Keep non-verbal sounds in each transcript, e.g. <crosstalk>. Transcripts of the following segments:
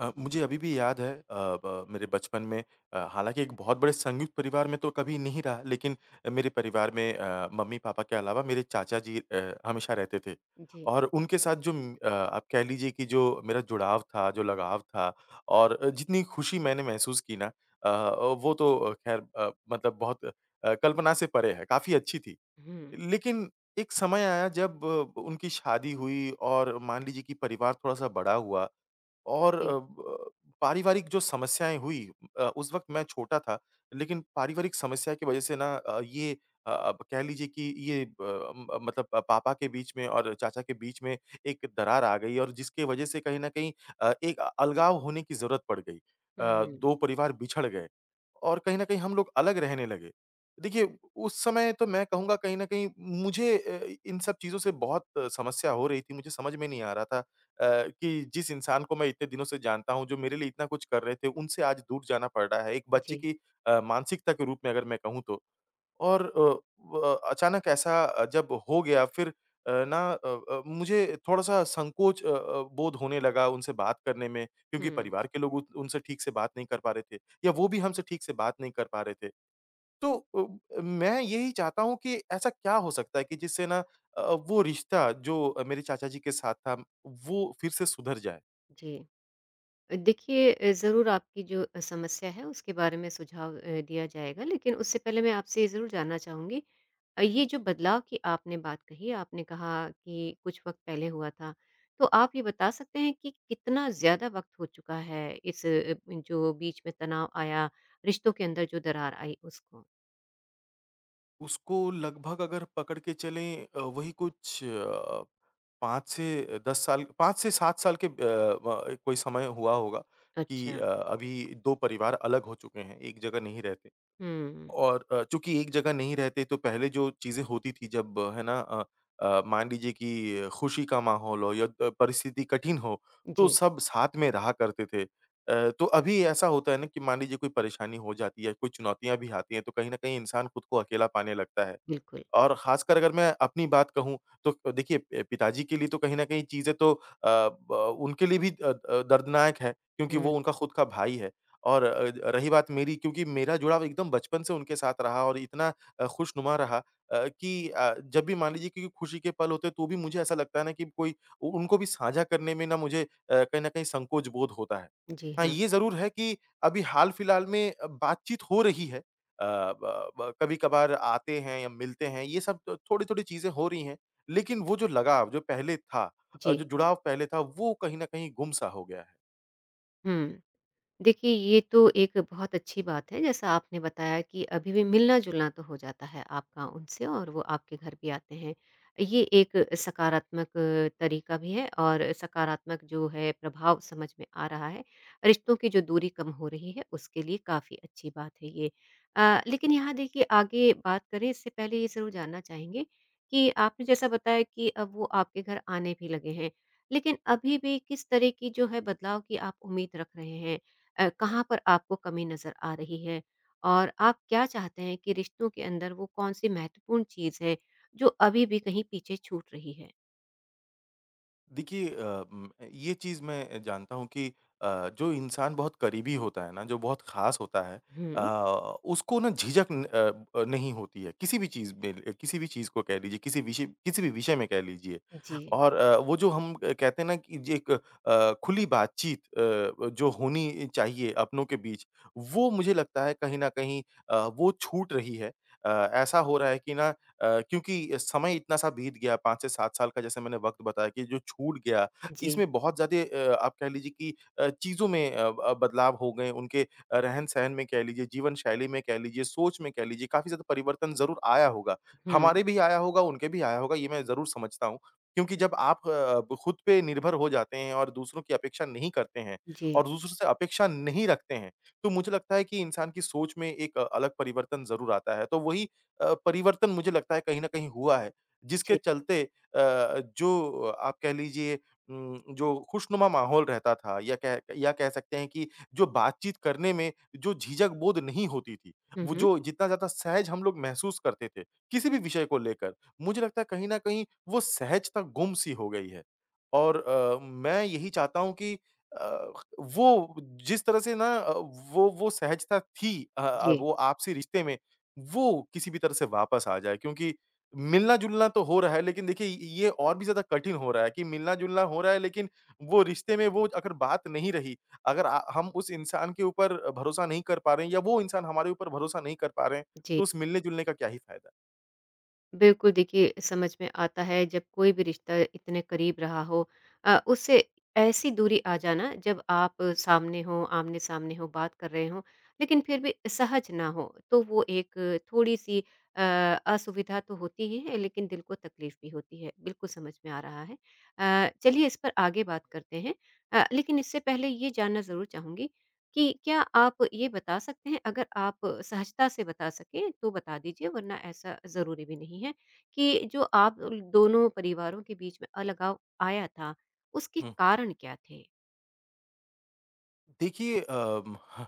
मुझे अभी भी याद है, अ, ब मेरे बचपन में। हालाँकि एक बहुत बड़े संयुक्त परिवार में तो कभी नहीं रहा, लेकिन मेरे परिवार में मम्मी-पापा के अलावा मेरे चाचा जी हमेशा रहते थे। जी। और उनके साथ जो आप कह लीजिए कि जो मेरा जुड़ाव था, जो लगाव था और जितनी खुशी मैंने महसूस की ना अ, वो तो खैर मतलब बहुत कल्पना से परे है, काफ़ी अच्छी थी। हुँ। लेकिन एक समय आया जब उनकी शादी हुई और मान लीजिए कि परिवार थोड़ा-सा बड़ा हुआ और जी। अ, ब पारिवारिक जो समस्याएँ हुई उस वक़्त मैं छोटा था, लेकिन पारिवारिक समस्या की वज़ह से ना ये अब कह लीजिए कि ये मतलब पापा के बीच में और चाचा के बीच में एक दरार आ गई और जिसकी वज़ह से कहीं न कहीं एक अलगाव होने की ज़रूरत पड़ गई। हुँ। 2 परिवार बिछड़ गए और कहीं न कहीं हम लोग अलग रहने लगे। देखिए, उस समय तो मैं कहूँगा कहीं न कहीं मुझे इन सब चीज़ों से बहुत समस्या हो रही थी, मुझे समझ में नहीं आ रहा था अ, कि जिस इंसान को मैं इतने दिनों से जानता हूँ, जो मेरे लिए इतना कुछ कर रहे थे, उनसे आज दूर जाना पड़ रहा है। एक बच्चे जी। की मानसिकता के रूप में अगर मैं कहूँ तो। और अ, व अचानक ऐसा जब हो गया फिर अ, ना अ मुझे थोड़ा-सा संकोच बोध होने लगा उनसे बात करने में क्योंकि हुँ। परिवार के लोग उत उनसे ठीक से बात नहीं कर पा रहे थे या वो भी हमसे ठीक से बात नहीं कर पा रहे थे। तो मैं यही चाहता हूँ कि ऐसा क्या हो सकता है कि जिससे ना अ, वो रिश्ता जो मेरे चाचा जी के साथ था, वो फिर से सुधर जाए? जी। देखिए ज़रूर आपकी जो समस्या है उसके बारे में सुझाव दिया जाएगा लेकिन उससे पहले मैं आपसे ये ज़रूर जानना चाहूँगी। ये जो बदलाव की आपने बात कही, आपने कहा कि कुछ वक़्त पहले हुआ था। तो आप ये बता सकते हैं कि कितना ज़्यादा वक़्त हो चुका है इस जो बीच में तनाव आया, रिश्तों के अंदर जो दरार आई उसको? उसको लगभग अगर पकड़ के चलें वही कुछ 5 से 10 साल 5 से 7 साल के अ, व कोई समय हुआ होगा कि अच्छा। अभी 2 परिवार अलग हो चुके हैं, एक जगह नहीं रहते। हुँ। और चूँकि एक जगह नहीं रहते तो पहले जो चीज़ें होती थी जब है ना मान लीजिए कि खुशी का माहौल हो या परिस्थिति कठिन हो, तो जी, सब साथ में रहा करते थे। तो अभी ऐसा होता है ना कि मान लीजिए कोई परेशानी हो जाती है, कोई चुनौतियाँ भी आती हैं, तो कहीं न कहीं इंसान खुद को अकेला पाने लगता है। बिल्कुल। और ख़ासकर अगर मैं अपनी बात कहूँ तो देखिए पिताजी के लिए तो कहीं न कहीं चीज़ें तो अ, ब उनके लिए भी दर्दनाक है क्योंकि हुँ। वो उनका खुद का भाई है। और रही बात मेरी क्योंकि मेरा जुड़ाव एकदम बचपन से उनके साथ रहा और इतना खुशनुमा रहा कि जब भी मान लीजिए क्योंकि खुशी के पल होते हैं तो भी मुझे ऐसा लगता है ना कि कोई उ उनको भी साझा करने में ना मुझे कहीं न कहीं संकोच बोध होता है। जी हाँ, हाँ। ये ज़रूर है कि अभी हाल-फिलहाल में बातचीत हो रही है। अ, ब ब कभी-कभार आते हैं या मिलते हैं, ये सब तो थोड़ी-थोड़ी चीज़ें हो रही हैं, लेकिन वो जो लगाव जो पहले था जो जी। जुड़ाव पहले था, वो कहीं न कहीं गुम-सा हो गया है। हुँ। देखिए, ये तो एक बहुत अच्छी बात है, जैसा आपने बताया कि अभी भी मिलना-जुलना तो हो जाता है आपका उनसे और वो आपके घर भी आते हैं। ये एक सकारात्मक तरीका भी है और सकारात्मक जो है प्रभाव समझ में आ रहा है। रिश्तों की जो दूरी कम हो रही है, उसके लिए काफ़ी अच्छी बात है ये। लेकिन यहाँ देखिए आगे बात करें इससे पहले ये ज़रूर जानना चाहेंगे कि आपने जैसा बताया कि अब वो आपके घर आने भी लगे हैं, लेकिन अभी भी किस तरह की जो है बदलाव की आप उम्मीद रख रहे हैं? कहाँ पर आपको कमी नज़र आ रही है? और आप क्या चाहते हैं कि रिश्तों के अंदर वो कौन-सी महत्वपूर्ण चीज़ है, जो अभी भी कहीं पीछे छूट रही है? देखिए ये चीज़ मैं जानता हूँ कि जो इंसान बहुत करीबी होता है ना, जो बहुत ख़ास होता है अ, हुँ, उसको ना झिझक न अ, अ, नहीं होती है, किसी भी चीज़ में किसी भी चीज़ को कह लीजिए, किसी भी विषय में कह लीजिए। जी, और वो जो हम कहते हैं ना कि जे एक खुली बातचीत जो होनी चाहिए अपनों के बीच, वो मुझे लगता है कहीं न कहीं वो छूट रही है। अ, ऐसा हो रहा है कि ना क्योंकि समय इतना सा बीत गया, 5 से 7 साल का जैसे मैंने वक़्त बताया कि जो छूट गया, जी, इसमें बहुत ज़्यादा आप कह लीजिए कि चीज़ों में अ, ब बदलाव हो गए, उनके रहन-सहन में कह लीजिए, जीवन शैली में कह लीजिए, सोच में कह लीजिए, काफ़ी ज़्यादा परिवर्तन ज़रूर आया होगा। हुँ, हमारे भी आया होगा, उनके भी आया होगा, ये मैं ज़रूर समझता हूँ। क्योंकि जब आप खुद पे निर्भर हो जाते हैं और दूसरों की अपेक्षा नहीं करते हैं जी, और दूसरों से अपेक्षा नहीं रखते हैं, तो मुझे लगता है कि इंसान की सोच में एक अलग परिवर्तन ज़रूर आता है। तो वही परिवर्तन मुझे लगता है कहीं न कहीं हुआ है, जिसके जी, चलते अ, जो आप कह लीजिए जो खुशनुमा माहौल रहता था या कह सकते हैं कि जो बातचीत करने में जो झिझक बोध नहीं होती थी, हुँ, वो हुँ, जो जितना ज़्यादा सहज हम लोग महसूस करते थे, किसी भी विषय को लेकर, मुझे लगता है कहीं न कहीं वो सहजता गुम-सी हो गई है। और मैं यही चाहता हूँ कि अ, वो जिस तरह से ना वो सहजता थी जी, वो आपसी रिश्ते में वो किसी भी तरह से वापस आ जाए क्योंकि मिलना-जुलना तो हो रहा है लेकिन देखिए, ये और भी ज़्यादा कठिन हो रहा है कि मिलना-जुलना हो रहा है लेकिन वो रिश्ते में वो अगर बात नहीं रही, अगर हम उस इंसान के ऊपर भरोसा नहीं कर पा रहे हैं या वो इंसान हमारे ऊपर भरोसा नहीं कर पा रहे हैं, जी। तो उस मिलने-जुलने का क्या ही फ़ायदा? बिल्कुल, देखिए समझ में आता है जब कोई भी रिश्ता इतने करीब रहा हो उससे ऐसी दूरी आ जाना जब आप सामने हो, आमने-सामने हो, बात कर रहे हो, लेकिन फिर भी सहज ना हो, तो वो एक थोड़ी-सी अ, असुविधा तो होती ही है, लेकिन दिल को तकलीफ़ भी होती है। बिल्कुल समझ में आ रहा है। चलिए इस पर आगे बात करते हैं। लेकिन इससे पहले ये जानना ज़रूर चाहूँगी कि क्या आप ये बता सकते हैं अगर आप सहजता से बता सकें तो बता दीजिए वरना ऐसा ज़रूरी भी नहीं है कि जो आप दोनों परिवारों के बीच में अलगाव आया था उसके हुँ। कारण क्या थे? देखिए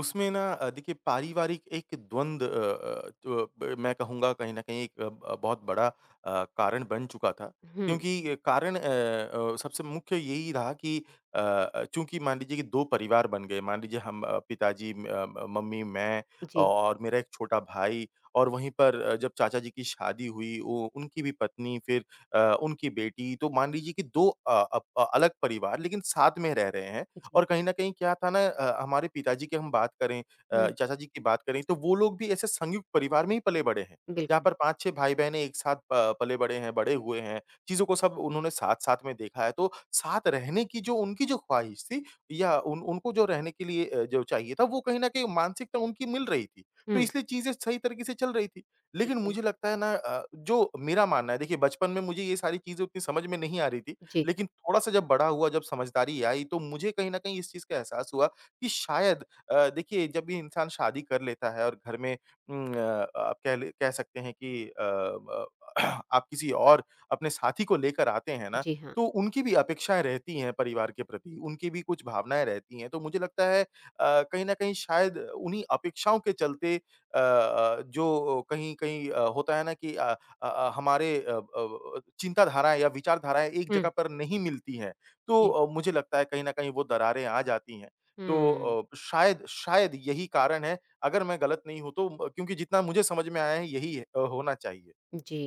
उसमें ना देखिए पारिवारिक एक द्वंद तो ब मैं कहूँगा कहीं न कहीं एक अ, ब बहुत बड़ा कारण बन चुका था। हुँ, क्योंकि कारण सबसे मुख्य यही रहा कि चूँकि मान लीजिए कि 2 परिवार बन गए, मान लीजिए हम पिताजी मम्मी, मैं जी, और मेरा एक छोटा भाई और वहीं पर जब चाचा जी की शादी हुई उ उनकी भी पत्नी फिर उनकी बेटी, तो मान लीजिए कि 2 अ, अप अलग परिवार लेकिन साथ में रह रहे हैं जी। और कहीं न कहीं क्या था ना हमारे पिताजी की हम बात करें हुँ, चाचा जी की बात करें, तो वो लोग भी ऐसे संयुक्त परिवार में ही पले-बड़े हैं, जहाँ बिल्कुल। पर 5-6 भाई-बहनें एक साथ प पले-बड़े हैं, बड़े हुए हैं, चीज़ों को सब उन्होंने साथ-साथ में देखा है। तो साथ रहने की जो उनकी जो ख्वाहिश थी या उन उनको जो रहने के लिए जो चाहिए था, वो कहीं न कहीं मानसिकता उनकी मिल रही थी, तो हुँ, इसलिए चीज़ें सही तरीके से चल रही थी। ठीक लेकिन है। मुझे लगता है ना जो मेरा मानना है देखिए बचपन में मुझे ये सारी चीज़ें उतनी समझ में नहीं आ रही थी, जी, लेकिन थोड़ा-सा जब बड़ा हुआ, जब समझदारी आई, तो मुझे कहीं न कहीं इस चीज़ का एहसास हुआ कि शायद देखिए जब भी इंसान शादी कर लेता है और घर में उम, अ, आप कह सकते हैं कि अ, ब <clears throat> आप किसी और अपने साथी को लेकर आते हैं ना, जी हाँ। तो उनकी भी अपेक्षाएँ रहती हैं परिवार के प्रति, उनकी भी कुछ भावनाएँ रहती हैं। तो मुझे लगता है कहीं न कहीं शायद उन्हीं अपेक्षाओं के चलते जो कहीं-कहीं होता है ना कि हमारे चिंताधाराएँ या विचारधाराएँ एक जगह हुँ, पर नहीं मिलती हैं, तो जी। मुझे लगता है कहीं न कहीं वो दरारें आ जाती हैं। तो हुँ, शायद शायद यही कारण है, अगर मैं गलत नहीं हूँ तो म क्योंकि जितना मुझे समझ में आया है यही है होना चाहिए। जी।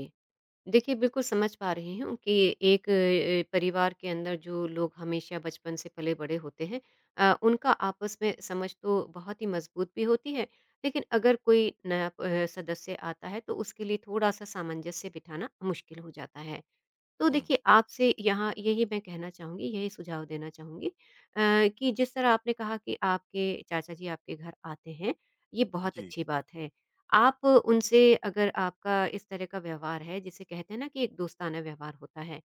देखिए, बिल्कुल समझ पा रही हूँ कि एक परिवार के अंदर जो लोग हमेशा बचपन से पले-बड़े होते हैं उनका आपस में समझ तो बहुत ही मज़बूत भी होती है, लेकिन अगर कोई नया सदस्य आता है तो उसके लिए थोड़ा-सा सामंजस्य बिठाना मुश्किल हो जाता है। तो हुँ, देखिए आपसे यहाँ यही मैं कहना चाहूँगी, यही सुझाव देना चाहूँगी कि जिस तरह आपने कहा कि आपके चाचा जी आपके घर आते हैं, ये बहुत जी। अच्छी बात है। आप उनसे अगर आपका इस तरह का व्यवहार है जिसे कहते हैं ना कि एक दोस्ताना व्यवहार होता है,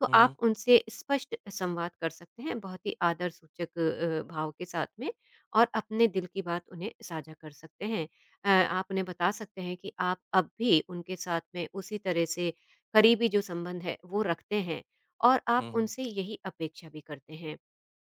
तो हुँ, आप हुँ। उनसे स्पष्ट संवाद कर सकते हैं बहुत ही आदर सूचक भाव के साथ में और अपने दिल की बात उन्हें साझा कर सकते हैं। अ, आप उन्हें बता सकते हैं कि आप अब भी उनके साथ में उसी तरह से करीबी जो संबंध है वो रखते हैं और आप हुँ, हुँ। उनसे यही अपेक्षा भी करते हैं।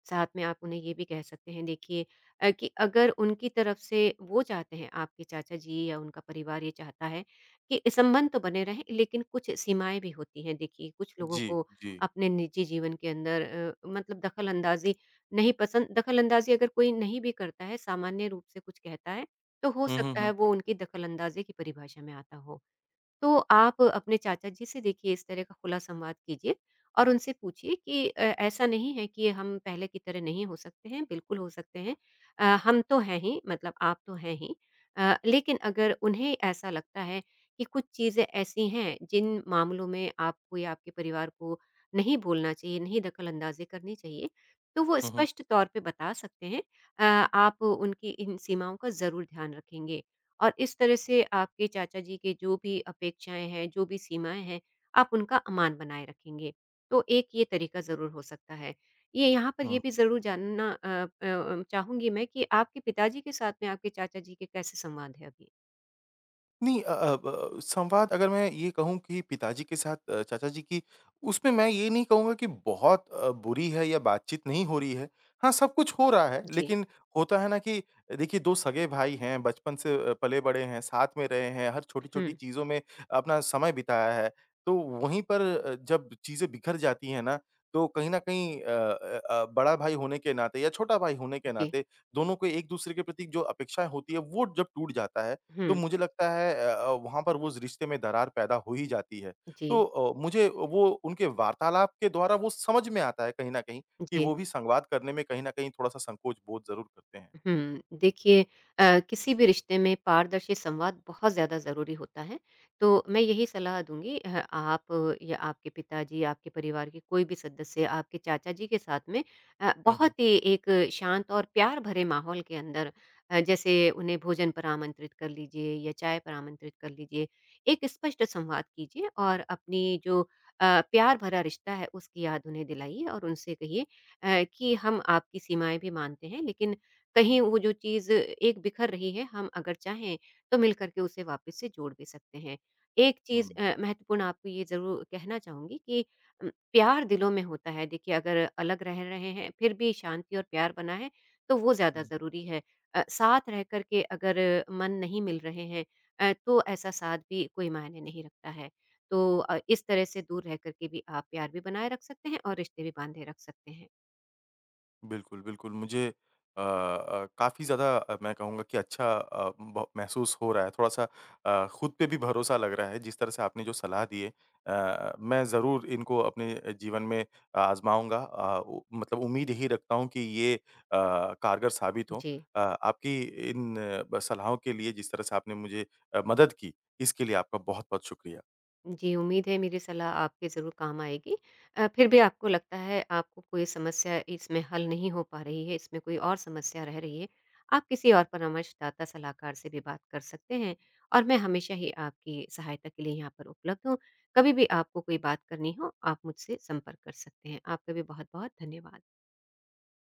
साथ में आप उन्हें ये भी कह सकते हैं देखिए कि अगर उनकी तरफ से वो चाहते हैं आपके चाचा जी या उनका परिवार ये चाहता है कि संबंध तो बने रहें लेकिन कुछ सीमाएँ भी होती हैं देखिए, कुछ लोगों जी, को जी। अपने निजी जीवन के अंदर मतलब दखल-अंदाज़ी नहीं पसंद दखल-अंदाज़ी अगर कोई नहीं भी करता है सामान्य रूप से कुछ कहता है, तो हो हुँ, हुँ, सकता है हुँ। वो उनकी दखल-अंदाज़ी की परिभाषा में आता हो। तो आप अपने चाचा जी से देखिए इस तरह का खुला संवाद कीजिए और उनसे पूछिए कि ऐसा नहीं है कि हम पहले की तरह नहीं हो सकते हैं, बिल्कुल हो सकते हैं। हम तो हैं ही मतलब आप तो हैं ही। लेकिन अगर उन्हें ऐसा लगता है कि कुछ चीज़ें ऐसी हैं जिन मामलों में आपको या आपके परिवार को नहीं बोलना चाहिए, नहीं दखल-अंदाज़ी करनी चाहिए, तो वो हुँ, हुँ। स्पष्ट तौर पे बता सकते हैं। अ, आप उनकी इन सीमाओं का ज़रूर ध्यान रखेंगे। और इस तरह से आपके चाचा जी के जो भी अपेक्षाएँ हैं, जो भी सीमाएँ हैं, आप उनका अमान बनाए रखेंगे। तो एक ये तरीका ज़रूर हो सकता है। ये यहाँ पर ये हुँ। भी ज़रूर जानना चाहूँगी मैं कि आपके पिताजी के साथ में आपके चाचा जी के कैसे संवाद है अभी? नहीं अ अ, ब संवाद अगर मैं ये कहूँ कि पिताजी के साथ चाचा जी की, उसमें मैं ये नहीं कहूँगा कि बहुत बुरी है या बातचीत नहीं हो रही है। हाँ, सब कुछ हो रहा है, जी। लेकिन होता है ना कि देखिए 2 सगे भाई हैं, बचपन से पले-बड़े हैं, साथ में रहे हैं, हर छोटी-छोटी हुँ। चीज़ों में अपना समय बिताया है। तो वहीं पर जब चीज़ें बिखर जाती हैं ना, तो कहीं न कहीं बड़ा भाई होने के नाते या छोटा भाई होने के जी। नाते, दोनों को एक-दूसरे के प्रति जो अपेक्षाएँ होती है, वो जब टूट जाता है, हुँ। तो मुझे लगता है वहाँ पर उस रिश्ते में दरार पैदा हो ही जाती है। जी। तो मुझे वो उनके वार्तालाप के द्वारा वो समझ में आता है कहीं न कहीं कि जी। वो भी संवाद करने में कहीं न कहीं थोड़ा-सा संकोच बोध ज़रूर करते हैं। हुँ, देखिए किसी भी रिश्ते में पारदर्शी संवाद बहुत ज़्यादा ज़रूरी होता है, तो मैं यही सलाह दूँगी आप या आपके पिताजी, आपके परिवार के कोई भी सदस्य, आपके चाचा जी के साथ में हुँ, बहुत हुँ। ही एक शांत और प्यार भरे माहौल के अंदर जैसे उन्हें भोजन पर आमंत्रित कर लीजिए या चाय पर आमंत्रित कर लीजिए। एक स्पष्ट संवाद कीजिए और अपनी जो प्यार भरा रिश्ता है, उसकी याद उन्हें दिलाइए और उनसे कहिए कि हम आपकी सीमाएँ भी मानते हैं, लेकिन कहीं वो जो चीज़ एक बिखर रही है, हम अगर चाहें तो मिल कर के उसे वापस से जोड़ भी सकते हैं। एक चीज़ महत्वपूर्ण आपको ये ज़रूर कहना चाहूँगी कि प्यार दिलों में होता है। देखिए अगर अलग रह रहे हैं, फिर भी शांति और प्यार बना है, तो वो ज़्यादा हुँ। ज़रूरी है। साथ रह कर के अगर मन नहीं मिल रहे हैं तो ऐसा साथ भी कोई मायने नहीं रखता है। तो इस तरह से दूर रह कर के भी आप प्यार भी बनाए रख सकते हैं और रिश्ते भी बाँधे रख सकते हैं। बिल्कुल, बिल्कुल। मुझे काफ़ी ज़्यादा मैं कहूँगा कि अच्छा अ, ब महसूस हो रहा है। थोड़ा-सा खुद पे भी भरोसा लग रहा है, जिस तरह से आपने जो सलाह दी है। मैं ज़रूर इनको अपने जीवन में आज़माऊँगा। अ, उ मतलब उम्मीद यही रखता हूँ कि ये कारगर साबित हों। जी। आपकी इन ब सलाहों के लिए, जिस तरह से आपने मुझे मदद की, इसके लिए आपका बहुत-बहुत शुक्रिया। जी, उम्मीद है मेरी सलाह आपके ज़रूर काम आएगी। फिर भी आपको लगता है आपको कोई समस्या इसमें हल नहीं हो पा रही है, इसमें कोई और समस्या रह रही है, आप किसी और परामर्शदाता सलाहकार से भी बात कर सकते हैं और मैं हमेशा ही आपकी सहायता के लिए यहाँ पर उपलब्ध हूँ। कभी भी आपको कोई बात करनी हो, आप मुझसे संपर्क कर सकते हैं। आपका भी बहुत-बहुत धन्यवाद।